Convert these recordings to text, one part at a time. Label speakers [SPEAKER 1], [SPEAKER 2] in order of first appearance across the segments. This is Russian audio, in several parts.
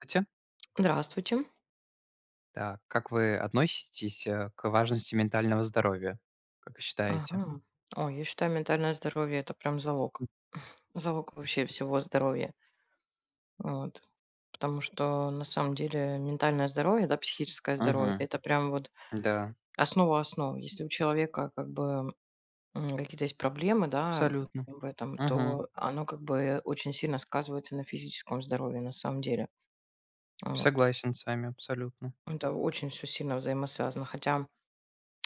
[SPEAKER 1] Здравствуйте.
[SPEAKER 2] Здравствуйте.
[SPEAKER 1] Так, как вы относитесь, к важности ментального здоровья? Как вы считаете?
[SPEAKER 2] Ага. О, я считаю, ментальное здоровье- это прям залог. Залог вообще всего здоровья. Вот. Потому что на самом деле ментальное здоровье, да, психическое здоровье-
[SPEAKER 1] Мгм.
[SPEAKER 2] это прям вот
[SPEAKER 1] Да,
[SPEAKER 2] основа основ. Если у человека как бы, какие-то есть проблемы, да,
[SPEAKER 1] абсолютно.
[SPEAKER 2] в этом,
[SPEAKER 1] Мгм.
[SPEAKER 2] то оно как бы очень сильно сказывается на физическом здоровье на самом деле. Вот.
[SPEAKER 1] Согласен с вами абсолютно.
[SPEAKER 2] Это очень все сильно взаимосвязано. Хотя.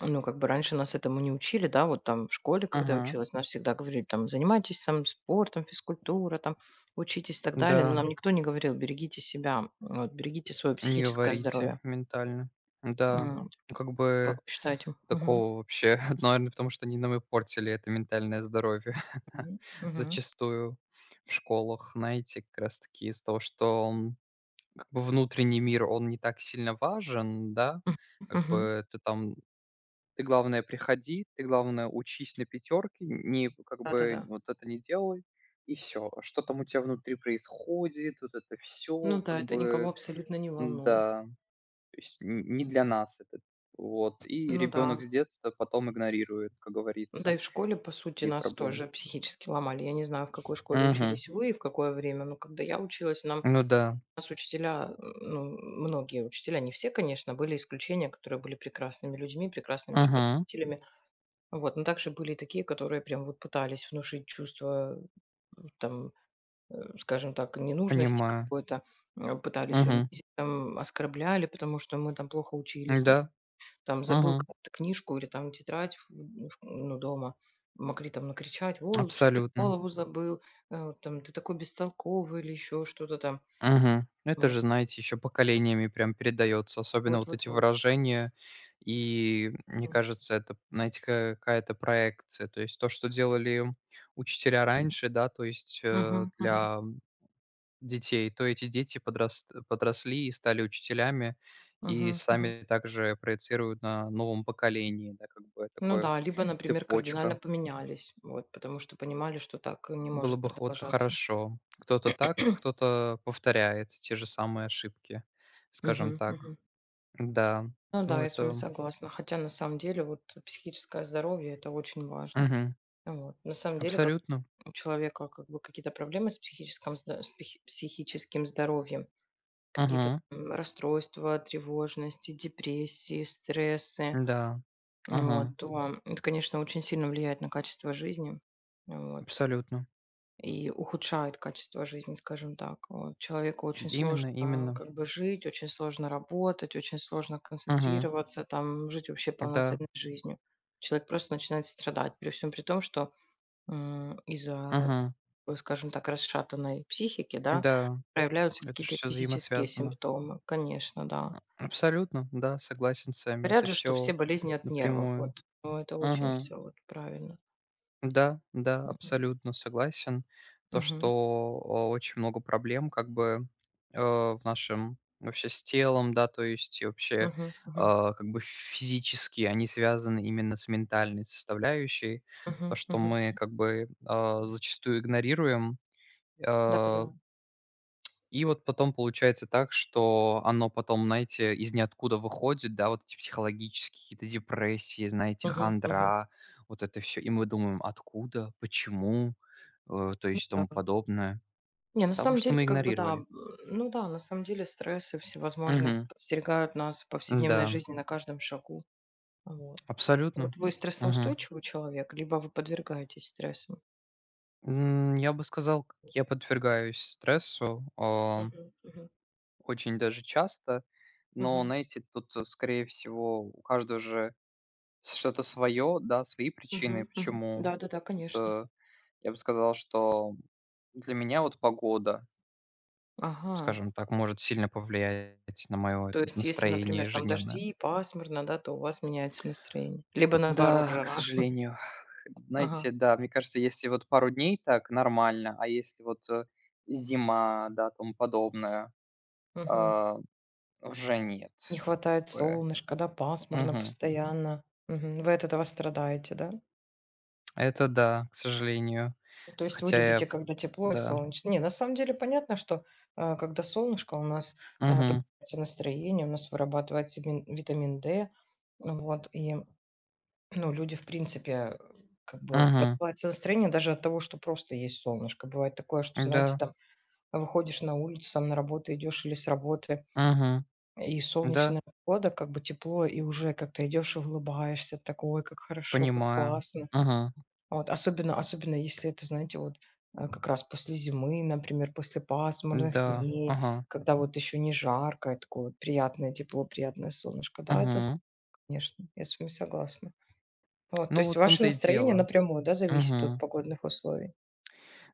[SPEAKER 2] Ну, как бы раньше нас этому не учили, да, вот там в школе, когда я
[SPEAKER 1] Мгм.
[SPEAKER 2] училась, нас всегда говорили, там, занимайтесь там спортом, физкультура, там, учитесь и так далее, но
[SPEAKER 1] Да,
[SPEAKER 2] нам никто не говорил, берегите себя, вот, берегите свое
[SPEAKER 1] не
[SPEAKER 2] психическое
[SPEAKER 1] говорите
[SPEAKER 2] здоровье.
[SPEAKER 1] ментально. Да,
[SPEAKER 2] М,
[SPEAKER 1] ну, как
[SPEAKER 2] Как
[SPEAKER 1] бы
[SPEAKER 2] вы считаете? Мгм.
[SPEAKER 1] такого вообще, наверное, потому что они нам и портили это ментальное здоровье
[SPEAKER 2] Мгм. Мгм.
[SPEAKER 1] зачастую в школах, знаете, как раз таки из-за того, что как бы внутренний мир, он не так сильно важен, да. Как
[SPEAKER 2] Мгм.
[SPEAKER 1] бы ты там ты, главное, учись на пятерки, не как бы
[SPEAKER 2] Да-да-да.
[SPEAKER 1] вот это не делай, и все. Что там у тебя внутри происходит, вот это все
[SPEAKER 2] Ну да,
[SPEAKER 1] как
[SPEAKER 2] это никого
[SPEAKER 1] бы,
[SPEAKER 2] абсолютно не волнует.
[SPEAKER 1] м-да, то есть н не для нас это. Вот, и
[SPEAKER 2] Ну
[SPEAKER 1] ребенок
[SPEAKER 2] да.
[SPEAKER 1] с детства потом игнорирует, как
[SPEAKER 2] Да
[SPEAKER 1] говорится,
[SPEAKER 2] и в школе, по сути,
[SPEAKER 1] и
[SPEAKER 2] нас
[SPEAKER 1] проблемы.
[SPEAKER 2] тоже психически ломали. Я не знаю, в какой школе
[SPEAKER 1] Мгм.
[SPEAKER 2] учились вы и в какое время, но когда я училась, нам
[SPEAKER 1] Ну да.
[SPEAKER 2] нас учителя, ну, многие учителя, не все, конечно, были исключения, которые были прекрасными людьми, прекрасными
[SPEAKER 1] Мгм.
[SPEAKER 2] преподавателями. Вот, но также были и такие, которые прям вот пытались внушить чувство, там, скажем так, ненужности
[SPEAKER 1] Понимаю.
[SPEAKER 2] какой-то, пытались
[SPEAKER 1] Мгм.
[SPEAKER 2] унизить, там, оскорбляли, потому что мы там плохо учились,
[SPEAKER 1] Да.
[SPEAKER 2] там забыл
[SPEAKER 1] Мгм.
[SPEAKER 2] какую-то книжку или там тетрадь, ну, дома, могли там накричать, ой, лучше бы ты
[SPEAKER 1] Абсолютно.
[SPEAKER 2] голову забыл, вот там, ты такой бестолковый или еще что-то там.
[SPEAKER 1] Мгм. Это же, знаете, еще поколениями прям передается, особенно
[SPEAKER 2] Вот,
[SPEAKER 1] вот
[SPEAKER 2] вот,
[SPEAKER 1] эти
[SPEAKER 2] вот.
[SPEAKER 1] выражения. И мне кажется, это, знаете, какая-то проекция. То есть то, что делали учителя раньше, да, то есть
[SPEAKER 2] Мгм, мгм,
[SPEAKER 1] для детей, то эти дети подросли и стали учителями, и
[SPEAKER 2] мгм, мгм.
[SPEAKER 1] сами также проецируют на новом поколении, да, как бы
[SPEAKER 2] Ну
[SPEAKER 1] такое
[SPEAKER 2] да, либо, например, кардинально
[SPEAKER 1] цепочка.
[SPEAKER 2] поменялись, вот, потому что понимали, что так не
[SPEAKER 1] Было
[SPEAKER 2] может
[SPEAKER 1] бы вот
[SPEAKER 2] продолжаться.
[SPEAKER 1] хорошо. Кто-то так, кто-то повторяет те же самые ошибки, скажем
[SPEAKER 2] Мгм,
[SPEAKER 1] так.
[SPEAKER 2] мгм.
[SPEAKER 1] Да,
[SPEAKER 2] Ну да,
[SPEAKER 1] ну
[SPEAKER 2] я с вами
[SPEAKER 1] это.
[SPEAKER 2] согласна. Хотя на самом деле вот психическое здоровье это очень важно.
[SPEAKER 1] Мгм.
[SPEAKER 2] Вот. На самом деле, как
[SPEAKER 1] Абсолютно.
[SPEAKER 2] у человека как бы какие-то проблемы с психическим, с психическим здоровьем, какие-то
[SPEAKER 1] Мгм.
[SPEAKER 2] расстройства, тревожности, депрессии, стрессы,
[SPEAKER 1] Да. Мгм.
[SPEAKER 2] вот, то это, конечно, очень сильно влияет на качество жизни. Вот.
[SPEAKER 1] Абсолютно.
[SPEAKER 2] И ухудшают качество жизни, скажем так. Вот. Человеку очень сложно
[SPEAKER 1] Именно, именно.
[SPEAKER 2] как бы жить, очень сложно работать, очень сложно
[SPEAKER 1] Мгм.
[SPEAKER 2] концентрироваться, там, жить вообще
[SPEAKER 1] Да.
[SPEAKER 2] полноценной жизнью. Человек просто начинает страдать, при всем при том, что из-за,
[SPEAKER 1] Мгм.
[SPEAKER 2] скажем так, расшатанной психики, да,
[SPEAKER 1] Да.
[SPEAKER 2] проявляются
[SPEAKER 1] Это ж
[SPEAKER 2] какие-то
[SPEAKER 1] всё
[SPEAKER 2] физические
[SPEAKER 1] взаимосвязано.
[SPEAKER 2] симптомы, конечно, да.
[SPEAKER 1] Абсолютно, да, согласен с вами.
[SPEAKER 2] Говорят
[SPEAKER 1] Это
[SPEAKER 2] же, что все
[SPEAKER 1] все
[SPEAKER 2] болезни от нервов,
[SPEAKER 1] напрямую.
[SPEAKER 2] вот. Но это очень
[SPEAKER 1] Мгм.
[SPEAKER 2] все вот правильно.
[SPEAKER 1] Да, да,
[SPEAKER 2] Мгм.
[SPEAKER 1] абсолютно согласен. То, что
[SPEAKER 2] Мгм.
[SPEAKER 1] о очень много проблем как бы, в нашем вообще с телом, да, то есть и вообще,
[SPEAKER 2] Мгм. Мгм.
[SPEAKER 1] как бы физически они связаны именно с ментальной составляющей. То,
[SPEAKER 2] Мгм.
[SPEAKER 1] что мы как бы, зачастую игнорируем,
[SPEAKER 2] Да, да.
[SPEAKER 1] а и вот потом получается так, что оно потом, знаете, из ниоткуда выходит, да, вот эти психологические какие-то депрессии, знаете,
[SPEAKER 2] Мгм. Мгм.
[SPEAKER 1] хандра, вот это все. И мы думаем: откуда, почему, то
[SPEAKER 2] Ну
[SPEAKER 1] есть
[SPEAKER 2] да.
[SPEAKER 1] тому подобное.
[SPEAKER 2] Не, на
[SPEAKER 1] Потому
[SPEAKER 2] самом
[SPEAKER 1] что
[SPEAKER 2] деле,
[SPEAKER 1] мы
[SPEAKER 2] как бы да,
[SPEAKER 1] игнорировали.
[SPEAKER 2] ну да, на самом деле стрессы всевозможные
[SPEAKER 1] Мгм.
[SPEAKER 2] подстерегают нас в
[SPEAKER 1] Да,
[SPEAKER 2] повседневной жизни на каждом шагу. Вот.
[SPEAKER 1] абсолютно.
[SPEAKER 2] Вот вы
[SPEAKER 1] Мгм.
[SPEAKER 2] стрессоустойчивый человек, либо вы подвергаетесь стрессам?
[SPEAKER 1] Я бы сказал, к я подвергаюсь стрессу,
[SPEAKER 2] Мгм, мгм,
[SPEAKER 1] очень даже часто, но,
[SPEAKER 2] мгм,
[SPEAKER 1] знаете, тут, скорее всего, у каждого же что-то свое, да, свои причины,
[SPEAKER 2] мгм, мгм.
[SPEAKER 1] почему.
[SPEAKER 2] Да-да-да, конечно.
[SPEAKER 1] Это, я бы сказал, что для меня вот погода,
[SPEAKER 2] Ага.
[SPEAKER 1] скажем так, может сильно повлиять на мое
[SPEAKER 2] То
[SPEAKER 1] это
[SPEAKER 2] есть, если,
[SPEAKER 1] настроение
[SPEAKER 2] например, там
[SPEAKER 1] ежедневное.
[SPEAKER 2] дожди, пасмурно, да, то у вас меняется настроение. Либо наоборот,
[SPEAKER 1] Да, к
[SPEAKER 2] жара.
[SPEAKER 1] сожалению.
[SPEAKER 2] Ага.
[SPEAKER 1] Знаете, да, мне кажется, если вот пару дней так нормально, а если вот, зима, да, тому подобное,
[SPEAKER 2] Мгм.
[SPEAKER 1] а, уже нет.
[SPEAKER 2] Не хватает
[SPEAKER 1] Такое.
[SPEAKER 2] солнышка, да, пасмурно
[SPEAKER 1] Мгм.
[SPEAKER 2] постоянно. Мгм. Вы от этого страдаете, да?
[SPEAKER 1] Это да, к сожалению.
[SPEAKER 2] То есть вы
[SPEAKER 1] Хотя
[SPEAKER 2] любите,
[SPEAKER 1] я
[SPEAKER 2] когда тепло и
[SPEAKER 1] да.
[SPEAKER 2] солнечно. Не, на самом деле понятно, что когда солнышко, у нас
[SPEAKER 1] Угу,
[SPEAKER 2] поднимается настроение, у нас вырабатывается витамин D. Вот, и ну, люди, в принципе, как бы
[SPEAKER 1] угу,
[SPEAKER 2] поднимается настроение даже от того, что просто есть солнышко. Бывает такое, что, знаете,
[SPEAKER 1] да.
[SPEAKER 2] там выходишь на улицу, сам на работу идешь или с работы,
[SPEAKER 1] Угу.
[SPEAKER 2] и
[SPEAKER 1] Да,
[SPEAKER 2] солнечная погода, как бы тепло, и уже как-то идешь и улыбаешься, такой, как хорошо, как
[SPEAKER 1] понимаю.
[SPEAKER 2] классно.
[SPEAKER 1] Ага,
[SPEAKER 2] Вот, особенно особенно если это, знаете, вот, как раз после зимы, например, после пасмурных
[SPEAKER 1] да,
[SPEAKER 2] дней,
[SPEAKER 1] ага,
[SPEAKER 2] когда вот еще не жарко, и такое вот приятное тепло, приятное солнышко. Да, это с
[SPEAKER 1] мгм.
[SPEAKER 2] конечно, я с вами согласна. Вот, то
[SPEAKER 1] Ну,
[SPEAKER 2] есть
[SPEAKER 1] вот в
[SPEAKER 2] ваше
[SPEAKER 1] том-то и
[SPEAKER 2] настроение
[SPEAKER 1] дело.
[SPEAKER 2] напрямую, да, зависит от
[SPEAKER 1] Мгм.
[SPEAKER 2] погодных условий?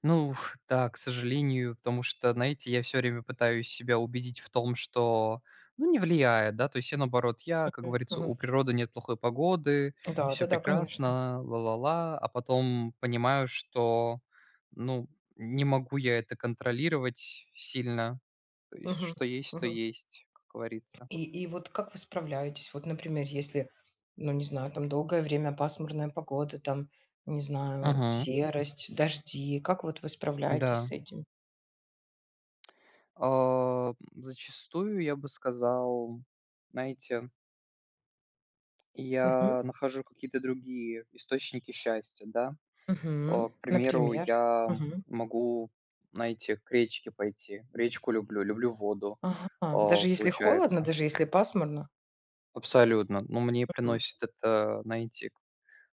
[SPEAKER 1] Ну ух, да, к сожалению, потому что, знаете, я все время пытаюсь себя убедить в том, что, ну, не влияет, да. То есть я, наоборот, я, как
[SPEAKER 2] Мгм,
[SPEAKER 1] говорится, у
[SPEAKER 2] мгм.
[SPEAKER 1] природы нет плохой погоды,
[SPEAKER 2] Да,
[SPEAKER 1] все
[SPEAKER 2] да-да, конечно.
[SPEAKER 1] прекрасно, ла-ла-ла, а потом понимаю, что, ну, не могу я это контролировать сильно. То есть
[SPEAKER 2] Мгм,
[SPEAKER 1] что есть, то
[SPEAKER 2] мгм.
[SPEAKER 1] есть, как говорится.
[SPEAKER 2] И вот как вы справляетесь? Вот, например, если, ну, не знаю, там долгое время пасмурная погода, там, не знаю,
[SPEAKER 1] Мгм.
[SPEAKER 2] серость, дожди. Как вот вы справляетесь с
[SPEAKER 1] Да.
[SPEAKER 2] этим?
[SPEAKER 1] А, Зачастую я бы сказал, знаете,
[SPEAKER 2] Мгм,
[SPEAKER 1] я нахожу какие-то другие источники счастья, да.
[SPEAKER 2] мгм.
[SPEAKER 1] К примеру,
[SPEAKER 2] Например?
[SPEAKER 1] я
[SPEAKER 2] Мгм.
[SPEAKER 1] могу, знаете, к речке пойти. Речку люблю, люблю воду,
[SPEAKER 2] Ага. Даже если холодно,
[SPEAKER 1] получается.
[SPEAKER 2] даже если пасмурно?
[SPEAKER 1] Абсолютно. Ну, мне
[SPEAKER 2] Мгм.
[SPEAKER 1] приносит это, знаете,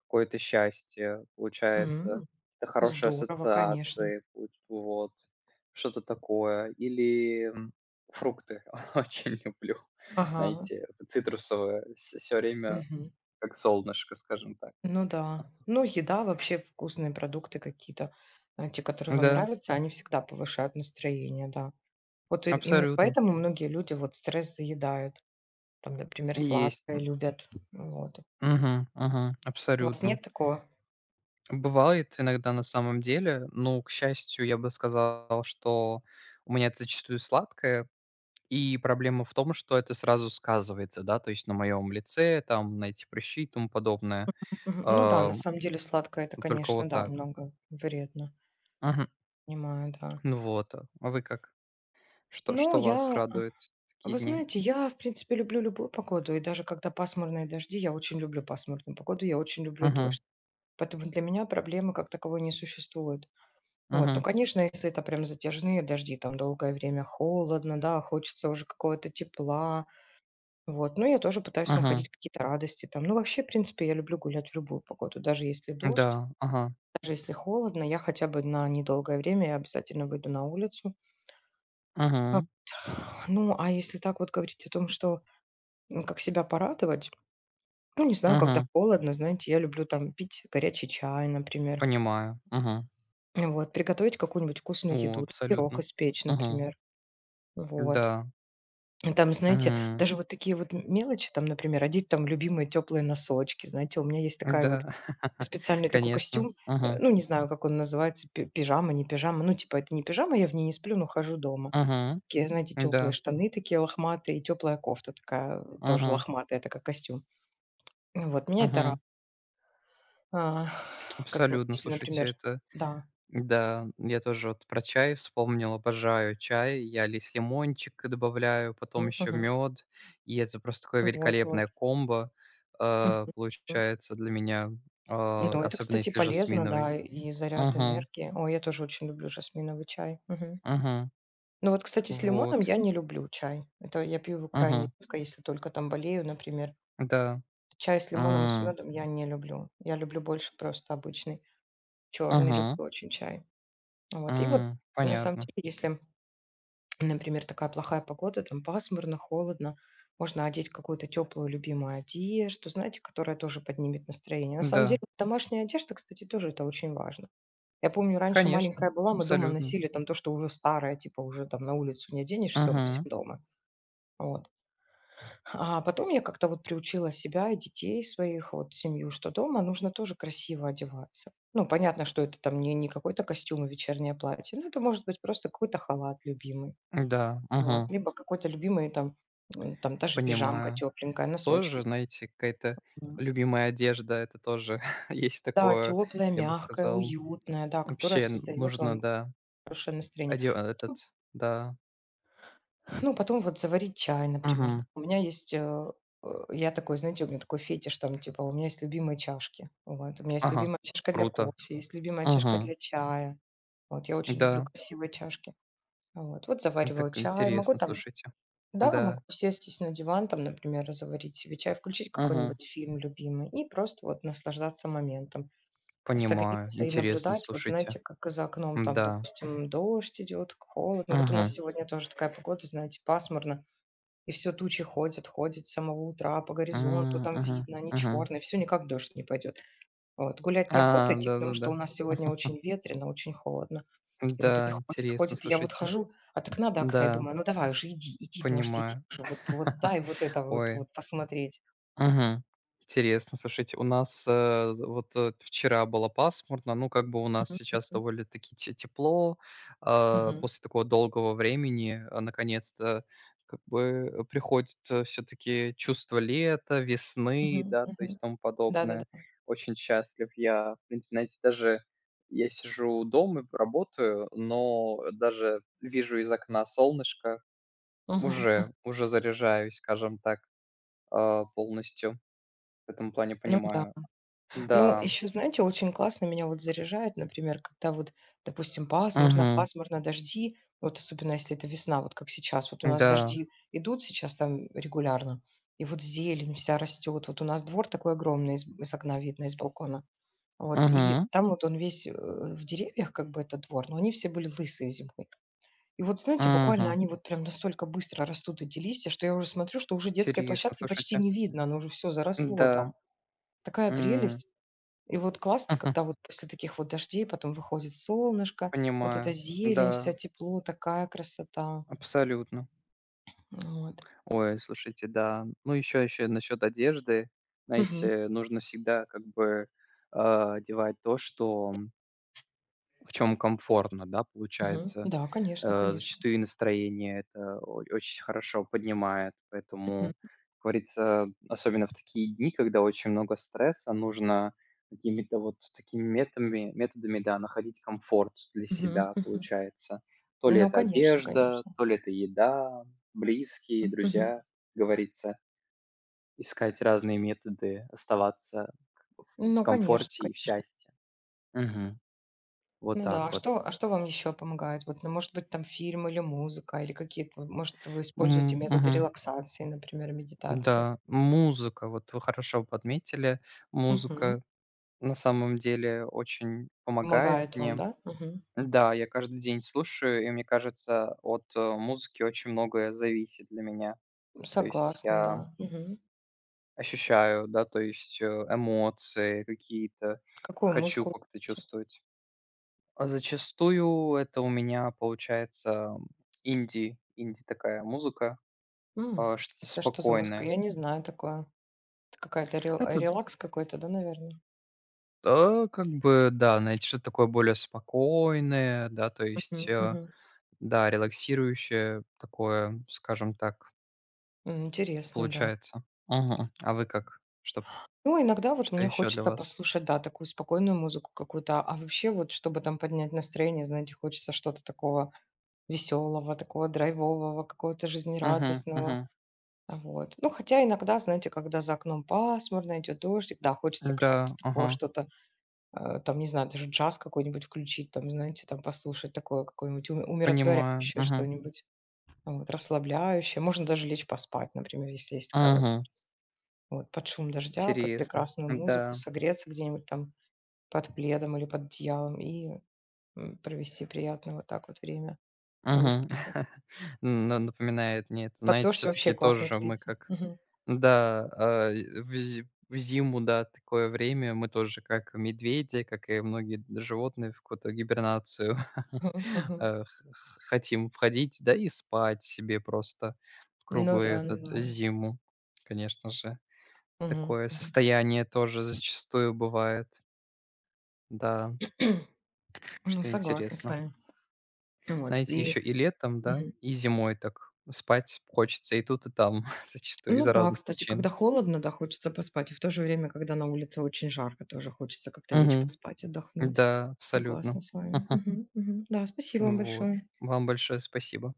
[SPEAKER 1] какое-то счастье, получается,
[SPEAKER 2] М.
[SPEAKER 1] какие-то хорошие
[SPEAKER 2] Здорово, конечно.
[SPEAKER 1] ассоциации, пу вот, что-то такое. Или, фрукты очень люблю,
[SPEAKER 2] Ага.
[SPEAKER 1] знаете, цитрусовые, все время
[SPEAKER 2] Мгм.
[SPEAKER 1] как солнышко, скажем так.
[SPEAKER 2] Ну да. Ну, еда, вообще вкусные продукты какие-то, те, которые вам
[SPEAKER 1] Да,
[SPEAKER 2] нравятся, они всегда повышают настроение, да. Вот и именно
[SPEAKER 1] абсолютно.
[SPEAKER 2] поэтому многие люди вот стресс заедают. Там, например,
[SPEAKER 1] Есть.
[SPEAKER 2] сладкое любят. Вот.
[SPEAKER 1] Угу, угу,
[SPEAKER 2] У вас
[SPEAKER 1] абсолютно.
[SPEAKER 2] нет такого?
[SPEAKER 1] Бывает иногда на самом деле, но, к счастью, я бы сказал, что у меня это зачастую сладкое. И проблема в том, что это сразу сказывается, да, то есть на моем лице, там, на эти прыщи и тому подобное.
[SPEAKER 2] Мгм. Ну да, на
[SPEAKER 1] Ам,
[SPEAKER 2] самом деле сладкое- это,
[SPEAKER 1] Только
[SPEAKER 2] конечно,
[SPEAKER 1] вот
[SPEAKER 2] да,
[SPEAKER 1] так.
[SPEAKER 2] много вредно.
[SPEAKER 1] Мгм.
[SPEAKER 2] Понимаю, да.
[SPEAKER 1] Ну вот, а вы как? Что
[SPEAKER 2] Ну,
[SPEAKER 1] что вас
[SPEAKER 2] я,
[SPEAKER 1] радует в такие
[SPEAKER 2] вы
[SPEAKER 1] дни?
[SPEAKER 2] знаете, я, в принципе, люблю любую погоду, и даже когда пасмурные дожди, я очень люблю пасмурную погоду, я очень люблю
[SPEAKER 1] Мгм,
[SPEAKER 2] дождь. Поэтому для меня проблемы как таковой не существует. Вот. Ну,
[SPEAKER 1] мгм,
[SPEAKER 2] конечно, если это прям затяжные дожди, там долгое время холодно, да, хочется уже какого-то тепла, вот. Но я тоже пытаюсь
[SPEAKER 1] мгм.
[SPEAKER 2] находить какие-то радости там. Ну, вообще, в принципе, я люблю гулять в любую погоду, даже если дождь,
[SPEAKER 1] Да, ага.
[SPEAKER 2] даже если холодно, я хотя бы на недолгое время я обязательно выйду на улицу. А,
[SPEAKER 1] Мгм,
[SPEAKER 2] Ну, а если так вот говорить о том, что. Ну, как себя порадовать? Ну, не знаю, когда
[SPEAKER 1] мгм.
[SPEAKER 2] холодно, знаете, я люблю там пить горячий чай, например.
[SPEAKER 1] Понимаю. Мгм.
[SPEAKER 2] Вот, приготовить какую-нибудь вкусную
[SPEAKER 1] О,
[SPEAKER 2] еду, пирог
[SPEAKER 1] абсолютно.
[SPEAKER 2] испечь,
[SPEAKER 1] Мгм.
[SPEAKER 2] например. Вот.
[SPEAKER 1] Да.
[SPEAKER 2] И там, знаете,
[SPEAKER 1] Мгм.
[SPEAKER 2] даже вот такие вот мелочи, там, например, одеть там любимые теплые носочки, знаете, у меня есть такая вот
[SPEAKER 1] Да.
[SPEAKER 2] специальный такой
[SPEAKER 1] Конечно.
[SPEAKER 2] костюм,
[SPEAKER 1] Мгм,
[SPEAKER 2] ну, не знаю, как он называется, пижама, не пижама, ну, типа, это не пижама, я в ней не сплю, но хожу дома.
[SPEAKER 1] мгм.
[SPEAKER 2] Такие, знаете, теплые
[SPEAKER 1] Да.
[SPEAKER 2] штаны такие лохматые, и теплая кофта такая тоже
[SPEAKER 1] Мгм,
[SPEAKER 2] лохматая, это как костюм. Ну вот, меня это.
[SPEAKER 1] мгм.
[SPEAKER 2] А, как бы,
[SPEAKER 1] Абсолютно.
[SPEAKER 2] если,
[SPEAKER 1] Слушайте,
[SPEAKER 2] например.
[SPEAKER 1] это.
[SPEAKER 2] Да.
[SPEAKER 1] Да, я тоже вот про чай вспомнил, обожаю чай. Я лист лимончик добавляю, потом
[SPEAKER 2] М,
[SPEAKER 1] еще
[SPEAKER 2] мгм.
[SPEAKER 1] мед. И это просто такое
[SPEAKER 2] Вот вот.
[SPEAKER 1] великолепное комбо,
[SPEAKER 2] Мгм. М.
[SPEAKER 1] получается для меня,
[SPEAKER 2] Ну, это,
[SPEAKER 1] особенно
[SPEAKER 2] кстати,
[SPEAKER 1] если
[SPEAKER 2] полезно,
[SPEAKER 1] жасминовый.
[SPEAKER 2] да, и заряд
[SPEAKER 1] Угу,
[SPEAKER 2] энергии. О, я тоже очень люблю жасминовый чай. Мгм.
[SPEAKER 1] угу.
[SPEAKER 2] Ну вот, кстати, с лимоном
[SPEAKER 1] Вот.
[SPEAKER 2] я не люблю чай. Это я пью его крайне
[SPEAKER 1] Угу.
[SPEAKER 2] редко, если только там болею, например.
[SPEAKER 1] Да.
[SPEAKER 2] Чай с лимоном и с
[SPEAKER 1] М,
[SPEAKER 2] медом я не люблю. Я люблю больше просто обычный черный, люблю
[SPEAKER 1] Мгм,
[SPEAKER 2] очень чай. Вот. И вот на самом
[SPEAKER 1] понятно.
[SPEAKER 2] деле, если. Например, такая плохая погода, там пасмурно, холодно. Можно одеть какую-то теплую любимую одежду, знаете, которая тоже поднимет настроение. На
[SPEAKER 1] Да,
[SPEAKER 2] самом деле, домашняя одежда, кстати, тоже это очень важно. Я помню, раньше
[SPEAKER 1] конечно,
[SPEAKER 2] маленькая была, мы дома
[SPEAKER 1] абсолютно.
[SPEAKER 2] носили там то, что уже старое, типа уже там на улицу не оденешь, все, носим
[SPEAKER 1] Угу,
[SPEAKER 2] дома. Вот. А потом я как-то вот приучила себя и детей своих, вот семью, что дома нужно тоже красиво одеваться. Ну, понятно, что это там не, не какой-то костюм и вечернее платье, но это может быть просто какой-то халат любимый
[SPEAKER 1] да, угу,
[SPEAKER 2] вот. Либо какой-то любимый там, там та же пижамка
[SPEAKER 1] понимаю.
[SPEAKER 2] тепленькая,
[SPEAKER 1] Тоже,
[SPEAKER 2] носочки.
[SPEAKER 1] знаете, какая-то
[SPEAKER 2] М.
[SPEAKER 1] любимая одежда — это тоже есть
[SPEAKER 2] Да,
[SPEAKER 1] такое,
[SPEAKER 2] теплая,
[SPEAKER 1] я бы
[SPEAKER 2] мягкая,
[SPEAKER 1] сказал.
[SPEAKER 2] уютная, да, которая
[SPEAKER 1] Вообще н
[SPEAKER 2] создает
[SPEAKER 1] нужно,
[SPEAKER 2] вам
[SPEAKER 1] да,
[SPEAKER 2] хорошее настроение.
[SPEAKER 1] оде этот,
[SPEAKER 2] Потом
[SPEAKER 1] да.
[SPEAKER 2] ну, потом вот заварить чай, например. Да.
[SPEAKER 1] Мгм.
[SPEAKER 2] У меня есть, я такой, знаете, у меня такой фетиш там, типа, у меня есть любимые чашки. Вот. У меня есть
[SPEAKER 1] Ага.
[SPEAKER 2] любимая чашка для
[SPEAKER 1] Круто.
[SPEAKER 2] кофе, есть любимая чашка
[SPEAKER 1] Мгм.
[SPEAKER 2] для чая. Вот я очень люблю
[SPEAKER 1] Да,
[SPEAKER 2] красивые чашки. Вот. Вот
[SPEAKER 1] ну
[SPEAKER 2] завариваю
[SPEAKER 1] так
[SPEAKER 2] чай, могу
[SPEAKER 1] интересно,
[SPEAKER 2] там.
[SPEAKER 1] слушайте.
[SPEAKER 2] Да, могу
[SPEAKER 1] Да.
[SPEAKER 2] сесть на диван, там, например, заварить себе чай, включить
[SPEAKER 1] Мгм.
[SPEAKER 2] какой-нибудь фильм любимый и просто вот наслаждаться моментом.
[SPEAKER 1] Понимаю.
[SPEAKER 2] Согреться и
[SPEAKER 1] Интересно,
[SPEAKER 2] наблюдать. Вот
[SPEAKER 1] слушайте.
[SPEAKER 2] знаете, как за окном там,
[SPEAKER 1] Да.
[SPEAKER 2] допустим, дождь идет, холодно. Вот у нас
[SPEAKER 1] Мгм.
[SPEAKER 2] сегодня тоже такая погода, знаете, пасмурно. И все тучи ходят, ходят с самого утра по горизонту, там
[SPEAKER 1] Мгм,
[SPEAKER 2] видно, они
[SPEAKER 1] мгм.
[SPEAKER 2] черные, все никак дождь не пойдет. Вот. Гулять неохота
[SPEAKER 1] А,
[SPEAKER 2] идти, потому что у
[SPEAKER 1] да-да-да.
[SPEAKER 2] нас сегодня очень ветрено, очень холодно. И вот они
[SPEAKER 1] Да,
[SPEAKER 2] ходят,
[SPEAKER 1] интересно,
[SPEAKER 2] ходят, и я вот
[SPEAKER 1] слушайте.
[SPEAKER 2] хожу от окна до окна и
[SPEAKER 1] Да,
[SPEAKER 2] думаю: «Ну давай уже иди, иди, дождь, иди
[SPEAKER 1] понимаю.
[SPEAKER 2] уже, вот вот дай вот это вот
[SPEAKER 1] Ой.
[SPEAKER 2] вот посмотреть».
[SPEAKER 1] Мгм. Интересно, слушайте, у нас, з вот, вчера было пасмурно, ну, как бы у нас
[SPEAKER 2] Мгм,
[SPEAKER 1] сейчас
[SPEAKER 2] мгм,
[SPEAKER 1] довольно-таки те тепло.
[SPEAKER 2] мгм,
[SPEAKER 1] После такого долгого времени, наконец-то, как бы, приходит, все таки чувство лета, весны, да, то
[SPEAKER 2] мгм.
[SPEAKER 1] есть тому
[SPEAKER 2] Да-да-да.
[SPEAKER 1] подобное. Очень счастлив я. В принципе, знаете, даже я сижу дома и работаю, но даже вижу из окна солнышко,
[SPEAKER 2] Мгм, мгм.
[SPEAKER 1] уже заряжаюсь, скажем так, полностью. В этом плане
[SPEAKER 2] Ну да.
[SPEAKER 1] понимаю.
[SPEAKER 2] Ну,
[SPEAKER 1] Да.
[SPEAKER 2] еще, знаете, очень классно меня вот заряжает, например, когда вот, допустим, пасмурно,
[SPEAKER 1] Мгм.
[SPEAKER 2] пасмурно, дожди. Вот особенно если это весна, вот как сейчас. Вот у нас
[SPEAKER 1] Да.
[SPEAKER 2] дожди идут сейчас там регулярно, и вот зелень вся растет. Вот у нас двор такой огромный, из окна видно, из балкона. Вот, и
[SPEAKER 1] Мгм.
[SPEAKER 2] там вот он весь, в деревьях, как бы, этот двор, но они все были лысые зимой. И вот, знаете, буквально
[SPEAKER 1] Мгм.
[SPEAKER 2] они вот прям настолько быстро растут, эти листья, что я уже смотрю, что уже детской
[SPEAKER 1] Интересно,
[SPEAKER 2] площадки почти
[SPEAKER 1] слушайте.
[SPEAKER 2] не видно, оно уже все заросло
[SPEAKER 1] Да.
[SPEAKER 2] там. Такая
[SPEAKER 1] М.
[SPEAKER 2] прелесть. И вот классно,
[SPEAKER 1] Мгм.
[SPEAKER 2] когда вот после таких вот дождей потом выходит солнышко, вот эта
[SPEAKER 1] Понимаю.
[SPEAKER 2] зелень, вся
[SPEAKER 1] Да,
[SPEAKER 2] тепло, такая красота.
[SPEAKER 1] абсолютно.
[SPEAKER 2] Вот.
[SPEAKER 1] Ой, слушайте, да. Ну, еще насчет одежды.
[SPEAKER 2] Мгм.
[SPEAKER 1] Знаете, нужно всегда как бы, одевать то, что в чем комфортно, да,
[SPEAKER 2] Мгм.
[SPEAKER 1] получается.
[SPEAKER 2] Да, конечно, конечно.
[SPEAKER 1] Зачастую и настроение это о очень хорошо поднимает.
[SPEAKER 2] Мгм.
[SPEAKER 1] Поэтому, как говорится, особенно в такие дни, когда очень много стресса, нужно какими-то вот такими методами, да, находить комфорт для
[SPEAKER 2] Мгм.
[SPEAKER 1] себя,
[SPEAKER 2] Мгм.
[SPEAKER 1] получается. То ли
[SPEAKER 2] Ну,
[SPEAKER 1] это
[SPEAKER 2] конечно,
[SPEAKER 1] одежда,
[SPEAKER 2] конечно.
[SPEAKER 1] то ли это еда, близкие,
[SPEAKER 2] Мгм.
[SPEAKER 1] друзья, как говорится. Искать разные методы, оставаться как бы в
[SPEAKER 2] Ну, конечно.
[SPEAKER 1] комфорте и в счастье. Мгм. Вот
[SPEAKER 2] Ну да,
[SPEAKER 1] так
[SPEAKER 2] а
[SPEAKER 1] вот.
[SPEAKER 2] что а что вам еще помогает? Вот, ну, может быть, там фильм или музыка, или какие-то, вот, может, вы используете методы
[SPEAKER 1] Мгм.
[SPEAKER 2] релаксации, например, медитации?
[SPEAKER 1] Да, музыка, вот вы хорошо подметили.
[SPEAKER 2] Мгм.
[SPEAKER 1] Музыка на самом деле очень помогает
[SPEAKER 2] Помогает вам,
[SPEAKER 1] мне.
[SPEAKER 2] да? Мгм.
[SPEAKER 1] Да, я каждый день слушаю, и мне кажется, от музыки очень многое зависит для меня. То есть
[SPEAKER 2] Согласна,
[SPEAKER 1] я
[SPEAKER 2] да. Мгм.
[SPEAKER 1] ощущаю, да, то есть эмоции какие-то,
[SPEAKER 2] Какую
[SPEAKER 1] хочу
[SPEAKER 2] музыку вы
[SPEAKER 1] как-то
[SPEAKER 2] слушаете?
[SPEAKER 1] чувствовать. А зачастую это у меня получается инди такая музыка,
[SPEAKER 2] М.
[SPEAKER 1] что-то
[SPEAKER 2] Это что за музыка?
[SPEAKER 1] спокойное.
[SPEAKER 2] Я не знаю такое. Это какая-то рел
[SPEAKER 1] Это.
[SPEAKER 2] релакс какой-то, да, наверное?
[SPEAKER 1] Как бы, да, найти что-то такое более спокойное, да, то есть,
[SPEAKER 2] Мгм, мгм.
[SPEAKER 1] да, релаксирующее такое, скажем так,
[SPEAKER 2] Интересно, да.
[SPEAKER 1] получается. Мгм. А вы как? Что
[SPEAKER 2] Ну, иногда вот
[SPEAKER 1] что
[SPEAKER 2] мне
[SPEAKER 1] еще для
[SPEAKER 2] хочется
[SPEAKER 1] вас?
[SPEAKER 2] послушать, да, такую спокойную музыку какую-то, а вообще вот, чтобы там поднять настроение, знаете, хочется что-то такого веселого такого драйвового, какого-то
[SPEAKER 1] Угу, угу.
[SPEAKER 2] жизнерадостного. Вот. Ну, хотя иногда, знаете, когда за окном пасмурно, идет дождик, да, хочется
[SPEAKER 1] Да,
[SPEAKER 2] какого-то такого
[SPEAKER 1] ага,
[SPEAKER 2] что-то, там, не знаю, даже джаз какой-нибудь включить, там, знаете, там послушать такое какое-нибудь уме
[SPEAKER 1] понимаю.
[SPEAKER 2] умиротворяющее
[SPEAKER 1] Угу,
[SPEAKER 2] что-нибудь, а вот, расслабляющее. Можно даже лечь поспать, например, если есть такая
[SPEAKER 1] угу.
[SPEAKER 2] возможность. Вот, под шум дождя, под
[SPEAKER 1] Интересно,
[SPEAKER 2] прекрасную музыку,
[SPEAKER 1] да.
[SPEAKER 2] согреться где-нибудь там под пледом или под одеялом и, провести приятно вот так вот время,
[SPEAKER 1] Угу.
[SPEAKER 2] выспаться.
[SPEAKER 1] М, на Напоминает мне это.
[SPEAKER 2] Под
[SPEAKER 1] Знаете,
[SPEAKER 2] дождь
[SPEAKER 1] все
[SPEAKER 2] вообще
[SPEAKER 1] таки
[SPEAKER 2] классно
[SPEAKER 1] тоже мы
[SPEAKER 2] спится.
[SPEAKER 1] как
[SPEAKER 2] Мгм.
[SPEAKER 1] да, и в зиму, да, такое время мы тоже, как медведи, как и многие д животные, в какую-то гибернацию,
[SPEAKER 2] Мгм. Мгм.
[SPEAKER 1] э, х х хотим входить, да и спать себе просто
[SPEAKER 2] Ну
[SPEAKER 1] круглую
[SPEAKER 2] да,
[SPEAKER 1] этот
[SPEAKER 2] ну
[SPEAKER 1] зиму. Конечно же,
[SPEAKER 2] да. Мгм.
[SPEAKER 1] такое
[SPEAKER 2] Мгм.
[SPEAKER 1] состояние тоже зачастую бывает. Да,
[SPEAKER 2] Ну,
[SPEAKER 1] что
[SPEAKER 2] согласна с
[SPEAKER 1] интересно.
[SPEAKER 2] вами. Вот
[SPEAKER 1] Знаете,
[SPEAKER 2] и
[SPEAKER 1] еще и летом, да,
[SPEAKER 2] мгм.
[SPEAKER 1] и зимой так спать хочется и тут, и там, зачастую
[SPEAKER 2] Ну
[SPEAKER 1] из-за
[SPEAKER 2] да,
[SPEAKER 1] разных
[SPEAKER 2] кстати, когда
[SPEAKER 1] причин.
[SPEAKER 2] холодно, да, хочется поспать, и в то же время, когда на улице очень жарко, тоже хочется как-то лечь
[SPEAKER 1] Мгм.
[SPEAKER 2] поспать, отдохнуть.
[SPEAKER 1] Да,
[SPEAKER 2] Согласна
[SPEAKER 1] абсолютно.
[SPEAKER 2] с вами. Мгм. Мгм. Да, спасибо вам
[SPEAKER 1] Вот.
[SPEAKER 2] большое.
[SPEAKER 1] Вам большое спасибо.